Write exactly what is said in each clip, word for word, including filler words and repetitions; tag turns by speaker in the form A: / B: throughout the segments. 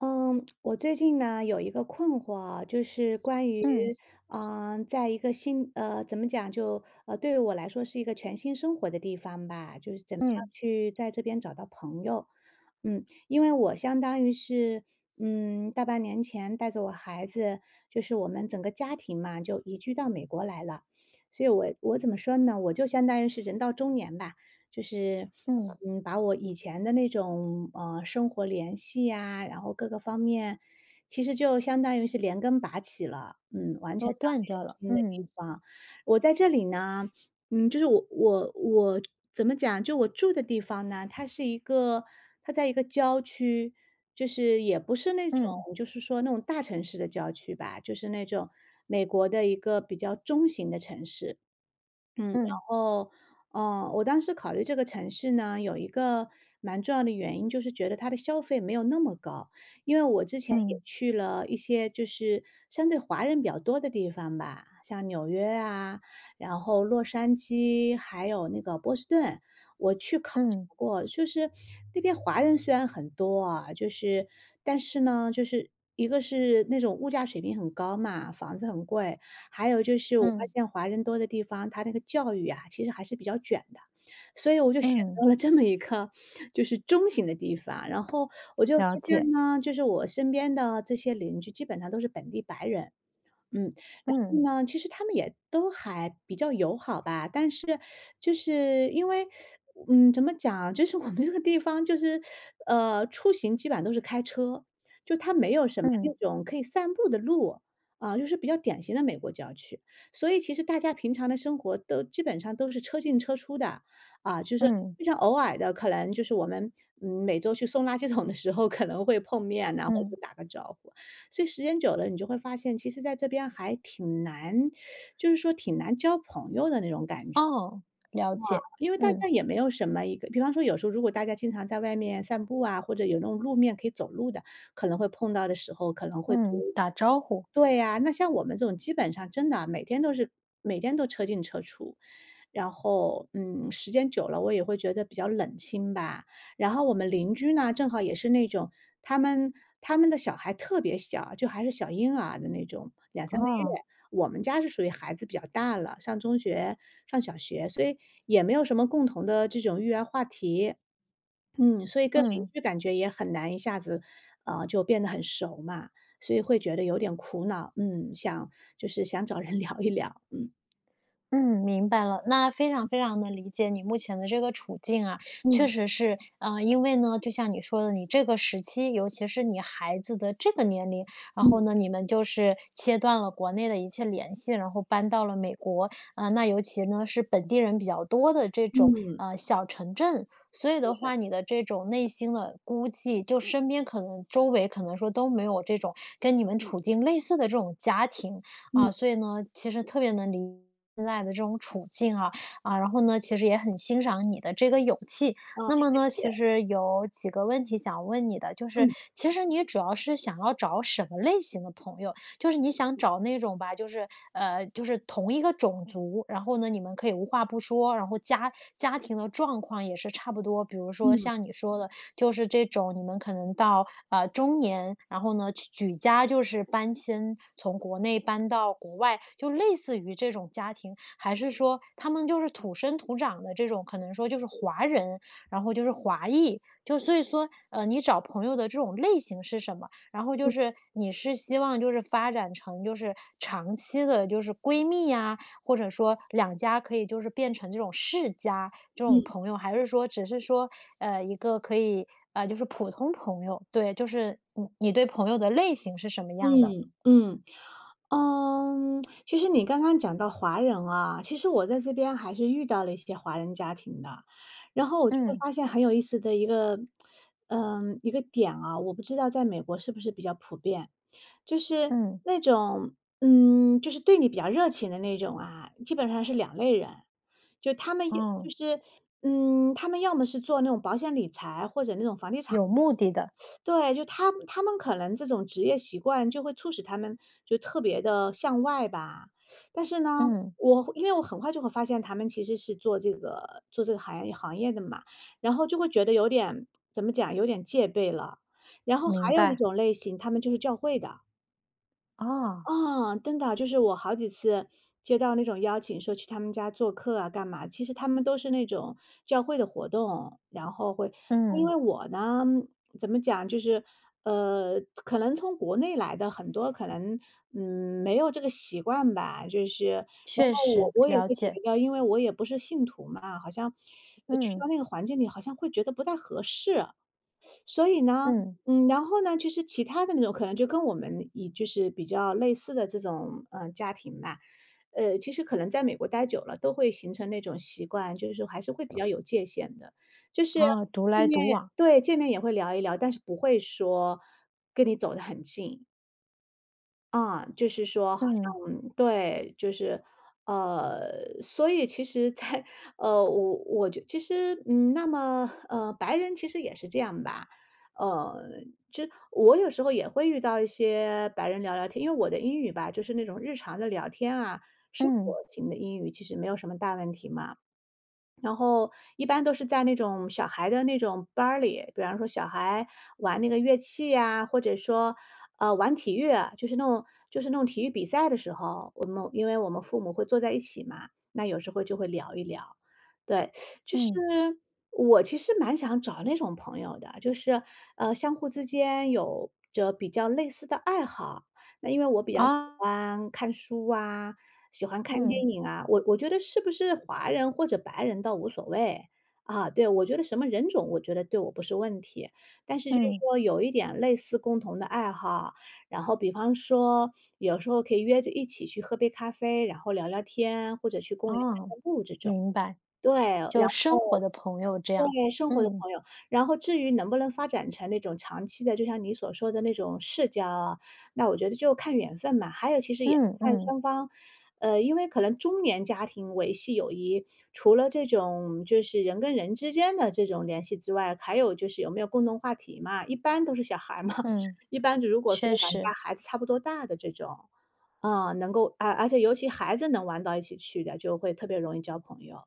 A: 嗯，我最近呢有一个困惑啊就是关于，
B: 嗯
A: 嗯、在一个新，呃，怎么讲，就呃，对于我来说是一个全新生活的地方吧，就是怎么样
B: 嗯
A: 去在这边找到朋友。嗯，因为我相当于是，嗯，大半年前带着我孩子，就是我们整个家庭嘛，就移居到美国来了。所以我我怎么说呢，我就相当于是人到中年吧。就是，
B: 嗯，
A: 嗯，把我以前的那种，呃，生活联系呀，然后各个方面，其实就相当于是连根拔起了，嗯，完全
B: 都
A: 到了
B: 断
A: 一个
B: 掉了。
A: 新的地
B: 嗯
A: 方。我在这里呢，嗯，就是我我我怎么讲，就我住的地方呢，它是一个它在一个郊区，就是也不是那种，
B: 嗯
A: 就是说那种大城市的郊区吧，就是那种美国的一个比较中型的城市。嗯，然
B: 嗯
A: 后，嗯，我当时考虑这个城市呢，有一个蛮重要的原因，就是觉得它的消费没有那么高。因为我之前也
B: 嗯
A: 去了一些，就是相对华人比较多的地方吧，像纽约啊，然后洛杉矶，还有那个波士顿，我去考察
B: 嗯
A: 过。就是那边华人虽然很多啊，就是但是呢，就是一个是那种物价水平很高嘛，房子很贵，还有就是我发
B: 嗯
A: 现华人多的地方，他那个教育啊，其实还是比较卷的，所以我就选
B: 嗯，
A: 择了这么一个就是中型的地方。然后我就发
B: 了解。
A: 现呢，就是我身边的这些邻居基本上都是本地白人。嗯，然
B: 嗯
A: 后呢，其实他们也都还比较友好吧，但是就是因为嗯，怎么讲啊，就是我们这个地方就是，呃，出行基本上都是开车，就它没有什么那
B: 嗯
A: 种可以散步的路，啊，就是比较典型的美国郊区。所以其实大家平常的生活都基本上都是车进车出的，啊，就是
B: 嗯
A: 非常偶尔的，可能就是我们，嗯，每周去送垃圾桶的时候可能会碰面啊，然后就
B: 嗯，
A: 打个招呼。所以时间久了，你就会发现，其实在这边还挺难，就是说挺难交朋友的那种感觉。
B: 哦，了解。
A: 因为大
B: 嗯
A: 家也没有什么，一个比方说有时候如果大家经常在外面散步啊，或者有那种路面可以走路的，可能会碰到的时候，可能会多。
B: 嗯，打招呼。
A: 对呀，那像我们这种基本上真的啊每天都是，每天都车进车出，然后，嗯，时间久了我也会觉得比较冷清吧。然后我们邻居呢，正好也是那种，他们他们的小孩特别小啊，就还是小婴儿的那种两三个
B: 哦，
A: 月。我们家是属于孩子比较大了，上中学、上小学，所以也没有什么共同的这种育儿话题。嗯，所以跟邻
B: 嗯。
A: 居感觉也很难一下子啊就变得很熟嘛，所以会觉得有点苦恼。嗯，想，就是想找人 聊一聊。嗯
B: 嗯，明白了，那非常非常的理解你目前的这个处境啊。确
A: 嗯
B: 实是，呃，因为呢，就像你说的，你这个时期，尤其是你孩子的这个年龄，然后呢，
A: 嗯
B: 你们就是切断了国内的一切联系，然后搬到了美国。啊，那尤其呢，是本地人比较多的这种，
A: 嗯
B: 呃，小城镇，所以的话，你的这种内心的孤寂，就身边可能周围可能说都没有这种跟你们处境类似的这种家庭，
A: 嗯，
B: 啊，所以呢，其实特别能理解现在的这种处境啊，啊，然后呢，其实也很欣赏你的这个勇气。
A: 哦，
B: 那么
A: 谢
B: 呢，其
A: 谢。
B: 实有几个问题想问你的，就是
A: 嗯
B: 其实你主要是想要找什么类型的朋友？就是你想找那种吧，就是呃，就是同一个种族，然后呢，你们可以无话不说，然后家家庭的状况也是差不多，比如说
A: 嗯
B: 像你说的。就是这种你们可能到呃中年，然后呢去举家就是搬迁，从国内搬到国外，就类似于这种家庭，还是说他们就是土生土长的这种，可能说就是华人，然后就是华裔，就所以说呃你找朋友的这种类型是什么？然后就是你是希望就是发展成就是长期的，就是闺蜜呀、或者说两家可以就是变成这种世家这种
A: 嗯
B: 朋友，还是说只是说，呃，一个可以呃，就是普通朋友？对，就是你你对朋友的类型是什么样的？
A: 嗯嗯。嗯，其实你刚刚讲到华人啊，其实我在这边还是遇到了一些华人家庭的，然后我就会
B: 嗯
A: 发现很有意思的一个，嗯，一个点啊。我不知道在美国是不是比较普遍，就是
B: 嗯，
A: 那种，嗯，就是对你比较热情的那种啊，基本上是两类人，就他们也就
B: 嗯，
A: 是，嗯，他们要么是做那种保险理财或者那种房地产。
B: 有目的的，
A: 对，就他他们可能这种职业习惯就会促使他们就特别的向外吧。但是呢，
B: 嗯，
A: 我因为我很快就会发现他们其实是做这个做这个行业行业的嘛，然后就会觉得有点怎么讲，有点戒备了。然后还
B: 明
A: 有一
B: 白。
A: 种类型，他们就是教会的。
B: 啊，
A: 嗯，真的啊，就是我好几次接到那种邀请，说去他们家做客啊干嘛？其实他们都是那种教会的活动，然后会。因
B: 嗯，
A: 为我呢怎么讲，就是呃，可能从国内来的很多，可能嗯没有这个习惯吧。就是，然
B: 确
A: 后我
B: 实，
A: 我也
B: 了
A: 会觉
B: 解。
A: 得，因为我也不是信徒嘛，好像呃去
B: 嗯
A: 到那个环境里，好像会觉得不太合适。所以呢，
B: 嗯，
A: 嗯，然后呢，就是其他的那种可能就跟我们以就是比较类似的这种，嗯，家庭吧，呃，其实可能在美国待久了，都会形成那种习惯，就是还是会比较有界限的。就是
B: 啊，独
A: 见
B: 来
A: 面，
B: 独往。
A: 对，见面也会聊一聊，但是不会说跟你走得很近。啊，就是说好
B: 嗯
A: 像对，就是，呃，所以其实在，呃，我我觉其实，嗯，那么，呃，白人其实也是这样吧，呃，就我有时候也会遇到一些白人聊聊天。因为我的英语吧，就是那种日常的聊天啊，生活
B: 嗯
A: 型的英语，其实没有什么大问题嘛。然后一般都是在那种小孩的那种班儿里，比方说小孩玩那个乐器呀，或者说，呃，玩体育啊，就是那种就是那种体育比赛的时候，我们因为我们父母会坐在一起嘛，那有时候就会聊一聊。对，就是
B: 嗯，
A: 我其实蛮想找那种朋友的，就是呃，相互之间有着比较类似的爱好。那因为我比较喜
B: 啊，
A: 欢看书啊，喜欢看嗯
B: 嗯
A: 电影啊，我我觉得是不是华人或者白人倒无所谓，啊，对，我觉得什么人种我觉得对我不是问题。但是就是
B: 嗯，
A: 说有一点类似共同的爱好，然后比方说有时候可以约着一起去喝杯咖啡，然后聊聊天，或者去公园散
B: 啊，
A: 散步这种。
B: 明白，
A: 对，
B: 就生活的朋友这样，
A: 对，生活的
B: 嗯。
A: 朋友。然后至于能不能发展成那种长期的，就像你所说的那种世交啊，那我觉得就看缘分嘛。还有其实也
B: 嗯
A: 看
B: 嗯
A: 双方，呃，因为可能中年家庭维系友谊，除了这种就是人跟人之间的这种联系之外，还有就是有没有共同话题嘛。一般都是小孩儿嘛，
B: 嗯，
A: 一般如果说
B: 确
A: 两家
B: 实，
A: 孩子差不多大的这种啊能够啊，而且尤其孩子能玩到一起去的，就会特别容易交朋友，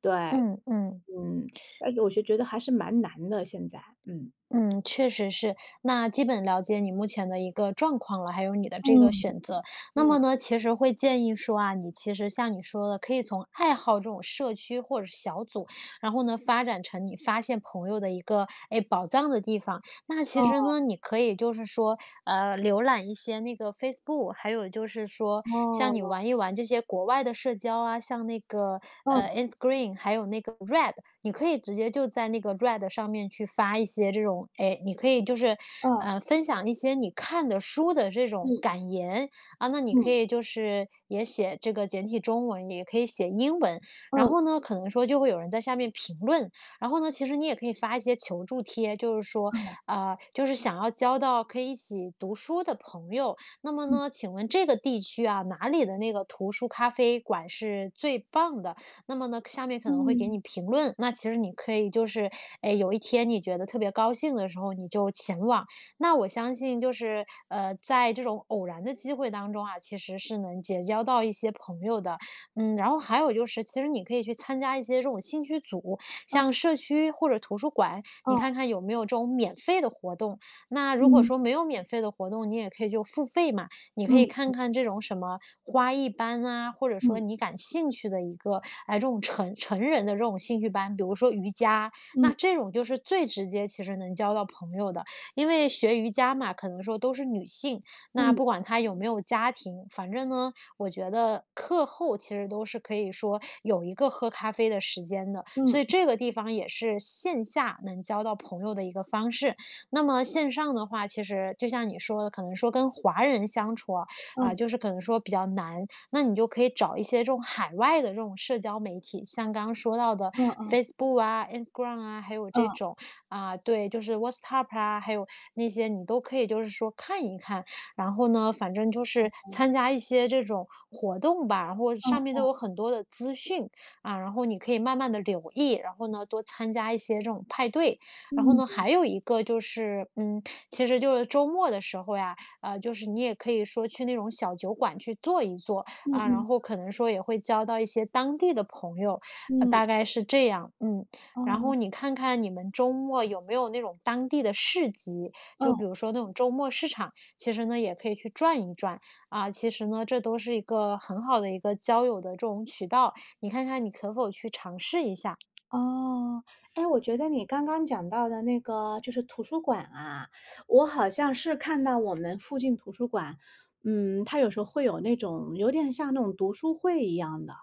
A: 对。
B: 嗯嗯
A: 嗯，但是我就觉得还是蛮难的，现在，嗯。
B: 嗯，确实是。那基本了解你目前的一个状况了，还有你的这
A: 嗯
B: 个选择。那
A: 嗯，
B: 么呢，其实会建议说啊，你其实像你说的，可以从爱好这种社区或者是小组，然后呢，发展成你发现朋友的一个哎宝藏的地方。那其实呢，你可以就是说，呃，浏览一些那个 Facebook，还有就是说，像你
A: 哦
B: 玩一玩这些国外的社交啊，像那个
A: 哦，
B: 呃 Instagram，还有那个 Red，你可以直接就在那个 Red 上面去发一些这种，哎，你可以就是
A: 嗯
B: 呃分享一些你看的书的这种感言啊，那你
A: 嗯，
B: 可
A: 嗯
B: 以就是也写这个简体中文，也可以写英文，然
A: 嗯
B: 后呢，可能说就会有人在下面评论，然后呢，其实你也可以发一些求助贴，就是说，
A: 嗯
B: 啊，就是想要交到可以一起读书的朋友。那么
A: 嗯
B: 呢，请问这个地区啊，哪里的那个图书咖啡馆是最棒的？那么呢，下面可
A: 嗯
B: 能会给
A: 嗯，
B: 你评论。那其实你可以就是，哎，有一天你觉得特别高兴的时候，你就前往。那我相信就是，呃，在这种偶然的机会当中啊，其实是能结交到一些朋友的。嗯，然后还有就是，其实你可以去参加一些这种兴趣组，
A: 哦
B: 像社区或者图书馆，你
A: 哦，
B: 看看有没有这种免费的活动。那如果
A: 嗯
B: 说没有免费的活动，你也可以就付费嘛，你可以
A: 嗯
B: 看看这种什么花艺班啊，或者
A: 嗯
B: 说
A: 嗯
B: 你感兴趣的一个，哎，这种成成人的这种兴趣班，比如说瑜伽，那这种就是最直接，其实能交到朋友的。因为学瑜伽嘛，可能说都是女性，
A: 嗯
B: 那不
A: 嗯
B: 管她有没有家庭，反正呢，我觉得课后其实都是可以说有一个喝咖啡的时间的。
A: 嗯
B: 所
A: 嗯
B: 以
A: 嗯
B: 这个地方也是线下能交到朋友的一个方式。那么线上的话，其实就像你说的，可能说跟华人相处啊，
A: 嗯
B: 啊
A: 嗯
B: 就是可能说比较难，那你就可以找一些这种海外的这种社交媒体，像刚刚说到的
A: 嗯
B: Facebook 啊、Instagram 啊，还有这种啊，对，就是 WhatsApp 啊，还有那些你都可以就是说看一看，然后呢，反正就是参加一些这种活动吧，然后上面都有很多的资讯，啊，然后你可以慢慢的留意，然后呢，多参加一些这种派对。然后呢，还有一个就是，嗯，其实就是周末的时候呀，呃，就是你也可以说去那种小酒馆去坐一坐，
A: 嗯
B: 啊，然
A: 嗯
B: 后可能说也会交到一些当地的朋友，呃，大概是这样，嗯。然
A: 哦
B: 后你看看你们周末有没有那种当地的市集，就
A: 嗯。
B: 比如说那种周末市场，其实呢也可以去转一转，啊，其实呢，这都是一个很好的一个交友的这种渠道，你看看你可否去尝试一下。
A: 哦，哎，我觉得你刚刚讲到的那个就是图书馆啊，我好像是看到我们附近图书馆，嗯，它有时候会有那种有点像那种读书会一样的。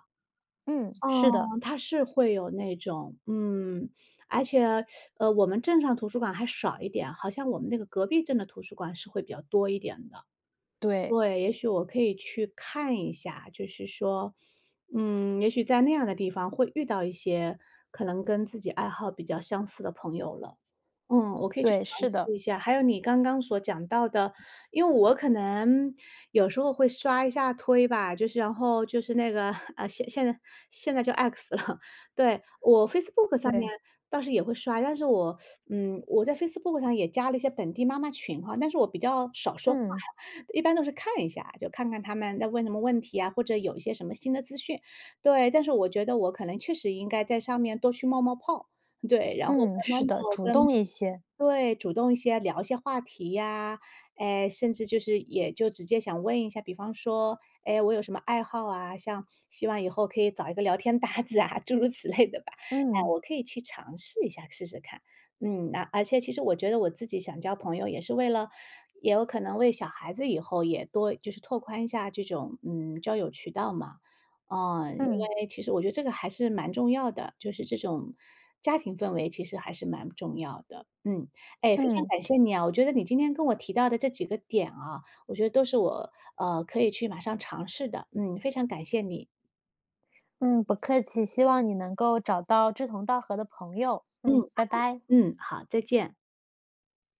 B: 嗯，是的，
A: 哦，它是会有那种嗯，而且，呃，我们镇上图书馆还少一点，好像我们那个隔壁镇的图书馆是会比较多一点的。
B: 对，
A: 对，也许我可以去看一下，就是说，嗯，也许在那样的地方会遇到一些可能跟自己爱好比较相似的朋友了。嗯，我可以去
B: 对，
A: 尝
B: 是
A: 试
B: 的，
A: 一下。还有你刚刚所讲到的，因为我可能有时候会刷一下推吧，就是然后就是那个呃，现现在现在就 X 了。对，我 Facebook 上面
B: 对，
A: 倒是也会刷，但是我嗯，我在 Facebook 上也加了一些本地妈妈群哈，但是我比较少说话，
B: 嗯，
A: 一般都是看一下，就看看他们在问什么问题啊，或者有一些什么新的资讯。对，但是我觉得我可能确实应该在上面多去冒冒泡。对，然后
B: 嗯，
A: 慢慢
B: 是的，
A: 的
B: 主
A: 跟
B: 动一些，
A: 对，主动一些，聊一些话题呀，哎，甚至就是也就直接想问一下，比方说，哎，我有什么爱好啊？像希望以后可以找一个聊天搭子啊，诸如此类的吧。哎，
B: 嗯，
A: 我可以去尝试一下，试试看。嗯，那而且其实我觉得我自己想交朋友，也是为了，也有可能为小孩子以后也多就是拓宽一下这种嗯交友渠道嘛。嗯，因
B: 嗯，
A: 为其实我觉得这个还是蛮重要的，就是这种家庭氛围其实还是蛮重要的。嗯，哎，非常
B: 嗯，
A: 感谢你啊！我觉得你今天跟我提到的这几个点啊，我觉得都是我呃可以去马上尝试的。嗯，非常感谢你。
B: 嗯，不客气，希望你能够找到志同道合的朋友。
A: 嗯
B: 嗯，拜拜。
A: 嗯，好，再见。